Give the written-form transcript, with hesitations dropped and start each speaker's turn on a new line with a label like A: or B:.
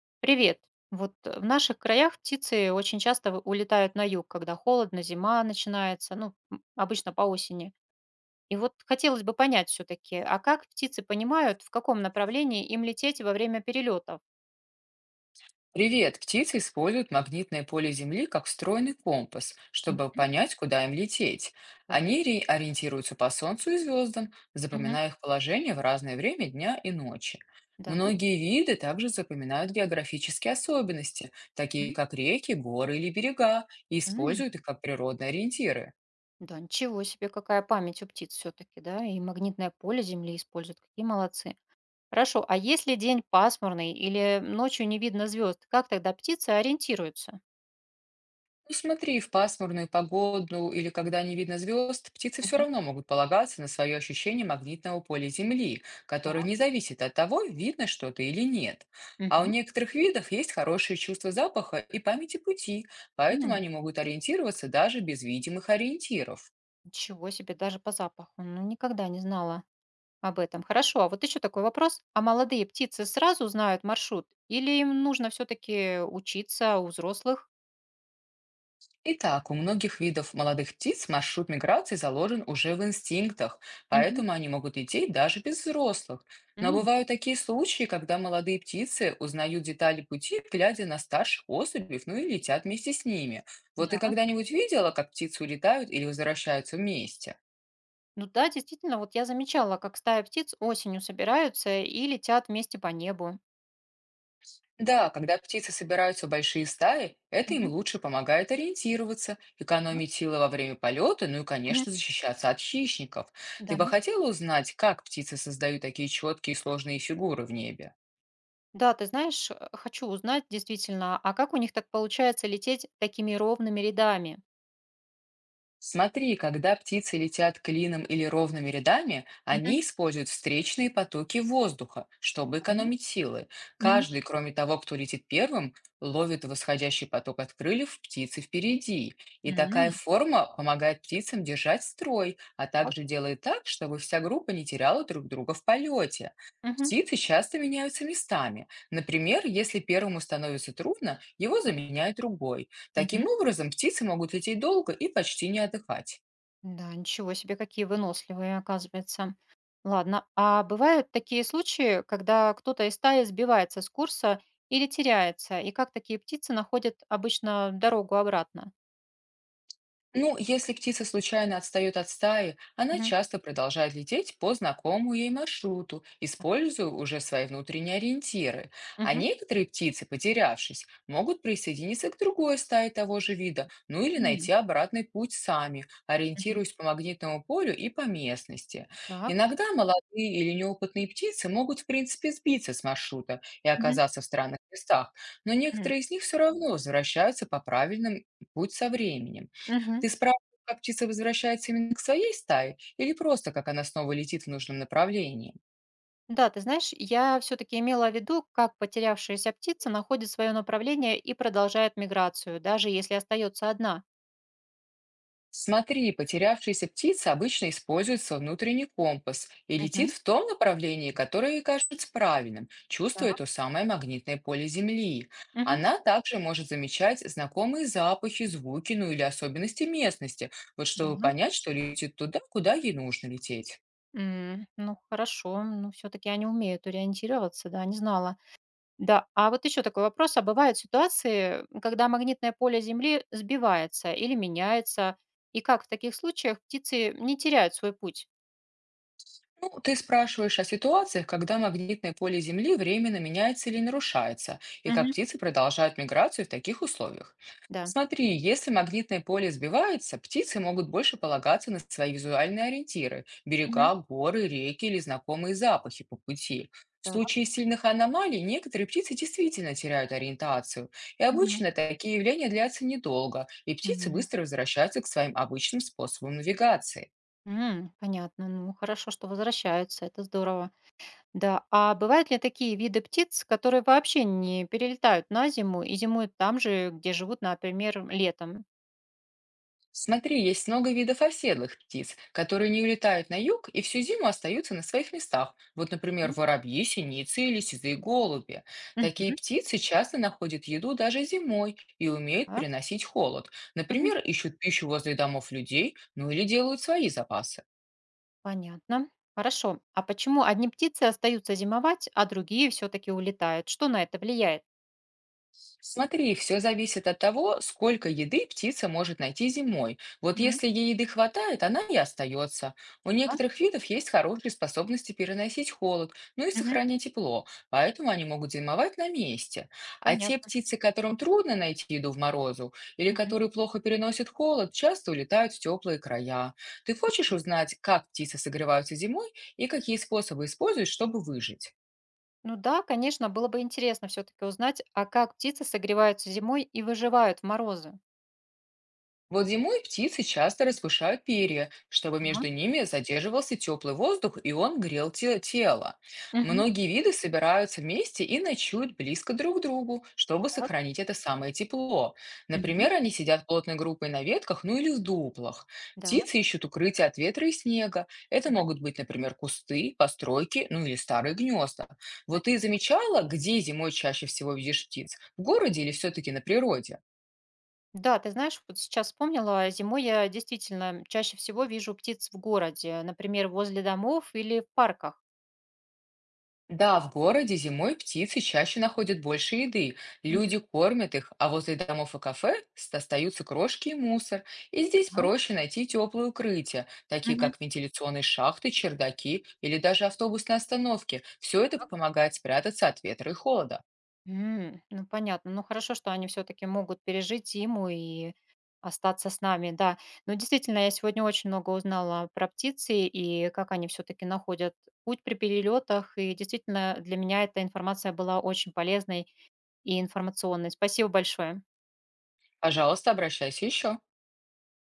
A: Привет. Вот в наших краях птицы очень часто улетают на юг, когда холодно, зима начинается, ну, обычно по осени. И вот хотелось бы понять все-таки, а как птицы понимают, в каком направлении им лететь во время перелетов?
B: Привет! Птицы используют магнитное поле Земли как встроенный компас, чтобы
A: Мгм.
B: понять, куда им лететь.
A: Так.
B: Они ориентируются по Солнцу и звездам,
A: Мгм.
B: запоминая их положение в разное время дня и ночи.
A: Да.
B: Многие виды также запоминают географические особенности,
A: Мгм.
B: такие как реки, горы или берега, и
A: М.
B: используют их как природные ориентиры.
A: Да, ничего себе, какая память у птиц все-таки, да, и магнитное поле Земли используют, какие молодцы. Хорошо, а если день пасмурный или ночью не видно звезд, как тогда птицы ориентируются?
B: Ну смотри, в пасмурную погоду или когда не видно звезд, птицы все
A: Мгм.
B: равно могут полагаться на свое ощущение магнитного поля Земли, которое
A: Так.
B: не зависит от того, видно что-то или нет. А у
A: Мгм.
B: некоторых видов есть хорошее чувство запаха и памяти пути, поэтому
A: М.
B: они могут ориентироваться даже без видимых ориентиров.
A: Ничего себе, даже по запаху. Ну, никогда не знала об этом. Хорошо, а вот еще такой вопрос. А молодые птицы сразу знают маршрут? Или им нужно все-таки учиться у взрослых?
B: Итак, у многих видов молодых птиц маршрут миграции заложен уже в инстинктах,
A: Мгм.
B: поэтому они могут идти даже без взрослых. Но
A: М.
B: бывают такие случаи, когда молодые птицы узнают детали пути, глядя на старших особей, ну и летят вместе с ними. Вот ты
A: Да.
B: когда-нибудь видела, как птицы улетают или возвращаются вместе?
A: Ну да, действительно, вот я замечала, как стая птиц осенью собираются и летят вместе по небу.
B: Да, когда птицы собираются в большие стаи, это им
A: Мгм.
B: лучше помогает ориентироваться,
A: Так.
B: экономить силы во время полета, ну и,
A: Мгм.
B: конечно, защищаться от хищников. Ты
A: Да.
B: бы хотела узнать, как птицы создают такие четкие и сложные фигуры в небе?
A: Да, ты знаешь, хочу узнать действительно, а как у них так получается лететь такими ровными рядами?
B: Смотри, когда птицы летят клином или ровными рядами,
A: Мгм.
B: они используют встречные потоки воздуха, чтобы
A: Да.
B: экономить силы.
A: Мгм.
B: Каждый, кроме того, кто летит первым, ловит восходящий поток от крыльев птицы впереди. И такая
A: М.
B: форма помогает птицам держать строй, а
A: Так.
B: также делает так, чтобы вся группа не теряла друг друга в полете.
A: Мгм.
B: Птицы часто меняются местами. Например, если первому становится трудно, его заменяет другой.
A: Мгм.
B: Таким образом, птицы могут лететь долго и почти не отдыхать.
A: Да, ничего себе, какие выносливые, оказывается. Ладно, а бывают такие случаи, когда кто-то из стаи сбивается с курса или теряется, и как такие птицы находят обычно дорогу обратно?
B: Ну, если птица случайно отстает от стаи, она
A: Мгм.
B: часто продолжает лететь по знакомому ей маршруту,
A: Так.
B: используя уже свои внутренние ориентиры. А
A: Мгм.
B: некоторые птицы, потерявшись, могут присоединиться к другой стае того же вида, ну или
A: Мгм.
B: найти обратный путь сами,
A: Мгм.
B: ориентируясь по магнитному полю и по местности.
A: Так.
B: Иногда молодые или неопытные птицы могут, в принципе, сбиться с маршрута и
A: Мгм.
B: оказаться в странных местах, но
A: Мгм.
B: некоторые из них все равно возвращаются по правильному путь со временем.
A: Мгм.
B: Ты спрашивал, как птица возвращается именно к своей стае или просто как она снова летит в нужном направлении?
A: Да, ты знаешь, я все-таки имела в виду, как потерявшаяся птица находит свое направление и продолжает миграцию, даже если остается одна.
B: Смотри, потерявшаяся птица обычно использует свой внутренний компас и летит
A: Мгм.
B: в том направлении, которое ей кажется правильным, чувствуя
A: Так.
B: то самое магнитное поле Земли.
A: Мгм.
B: Она также может замечать знакомые запахи, звуки, ну или особенности местности, вот
A: Да.
B: чтобы понять, что летит туда, куда ей нужно лететь.
A: М, ну хорошо, ну все-таки они умеют ориентироваться, да, не знала. Да, а вот еще такой вопрос, а бывают ситуации, когда магнитное поле Земли сбивается или меняется, и как в таких случаях птицы не теряют свой путь?
B: Ну, ты спрашиваешь о ситуациях, когда магнитное поле Земли временно меняется или нарушается, и как
A: Мгм.
B: птицы продолжают миграцию в таких условиях.
A: Да.
B: Смотри, если магнитное поле сбивается, птицы могут больше полагаться на свои визуальные ориентиры–
A: Мгм.
B: берега, горы, реки или знакомые запахи по пути. В
A: Так.
B: случае сильных аномалий некоторые птицы действительно теряют ориентацию, и
A: Мгм.
B: обычно такие явления длятся недолго, и птицы
A: Мгм.
B: быстро возвращаются к своим обычным способам навигации.
A: М, понятно. Ну, хорошо, что возвращаются, это здорово. Да, а бывают ли такие виды птиц, которые вообще не перелетают на зиму и зимуют там же, где живут, например, летом?
B: Смотри, есть много видов оседлых птиц, которые не улетают на юг и всю зиму остаются на своих местах. Вот, например,
A: Да.
B: воробьи, синицы или сизые голуби. Такие
A: Мгм.
B: птицы часто находят еду даже зимой и умеют переносить холод.
A: Мгм.
B: Например, ищут пищу возле домов людей, ну или делают свои запасы.
A: Понятно. Хорошо. А почему одни птицы остаются зимовать, а другие все-таки улетают? Что на это влияет?
B: Смотри, все зависит от того, сколько еды птица может найти зимой. Вот
A: Мгм.
B: если ей еды хватает, она и остается. У
A: А?
B: некоторых видов есть хорошие способности переносить холод, ну и
A: Мгм.
B: сохранять тепло, поэтому они могут зимовать на месте. А те
A: Понятно.
B: птицы, которым трудно найти еду в морозу или
A: Мгм.
B: которые плохо переносят холод, часто улетают в теплые края. Ты хочешь узнать, как птицы согреваются зимой и какие способы используют, чтобы выжить?
A: Ну да, конечно, было бы интересно все-таки узнать, а как птицы согреваются зимой и выживают в морозы.
B: Вот зимой птицы часто распушают перья, чтобы
A: Да.
B: между ними задерживался теплый воздух и он грел тело.
A: Мгм.
B: Многие виды собираются вместе и ночуют близко друг к другу, чтобы
A: Так.
B: сохранить это самое тепло.
A: Мгм.
B: Например, они сидят плотной группой на ветках, ну или в дуплах.
A: Да.
B: Птицы ищут укрытие от ветра и снега. Это
A: Мгм.
B: могут быть, например, кусты, постройки, ну или старые гнезда. Вот ты
A: Понятно.
B: замечала, где зимой чаще всего видишь птиц? В городе или все-таки на природе?
A: Да, ты знаешь, вот сейчас вспомнила, зимой я действительно чаще всего вижу птиц в городе, например, возле домов или в парках.
B: Да, в городе зимой птицы чаще находят больше еды,
A: Мгм.
B: люди кормят их, а возле домов и кафе остаются крошки и мусор. И здесь
A: Ага.
B: проще найти теплые укрытия, такие
A: Мгм.
B: как вентиляционные шахты, чердаки или даже автобусные остановки. Все это
A: Так.
B: помогает спрятаться от ветра и холода.
A: М, ну понятно. Ну хорошо, что они все-таки могут пережить зиму и остаться с нами, да. Но действительно, я сегодня очень много узнала про птицы и как они все-таки находят путь при перелетах. И действительно, для меня эта информация была очень полезной и информационной. Спасибо большое.
B: Пожалуйста, обращайся еще.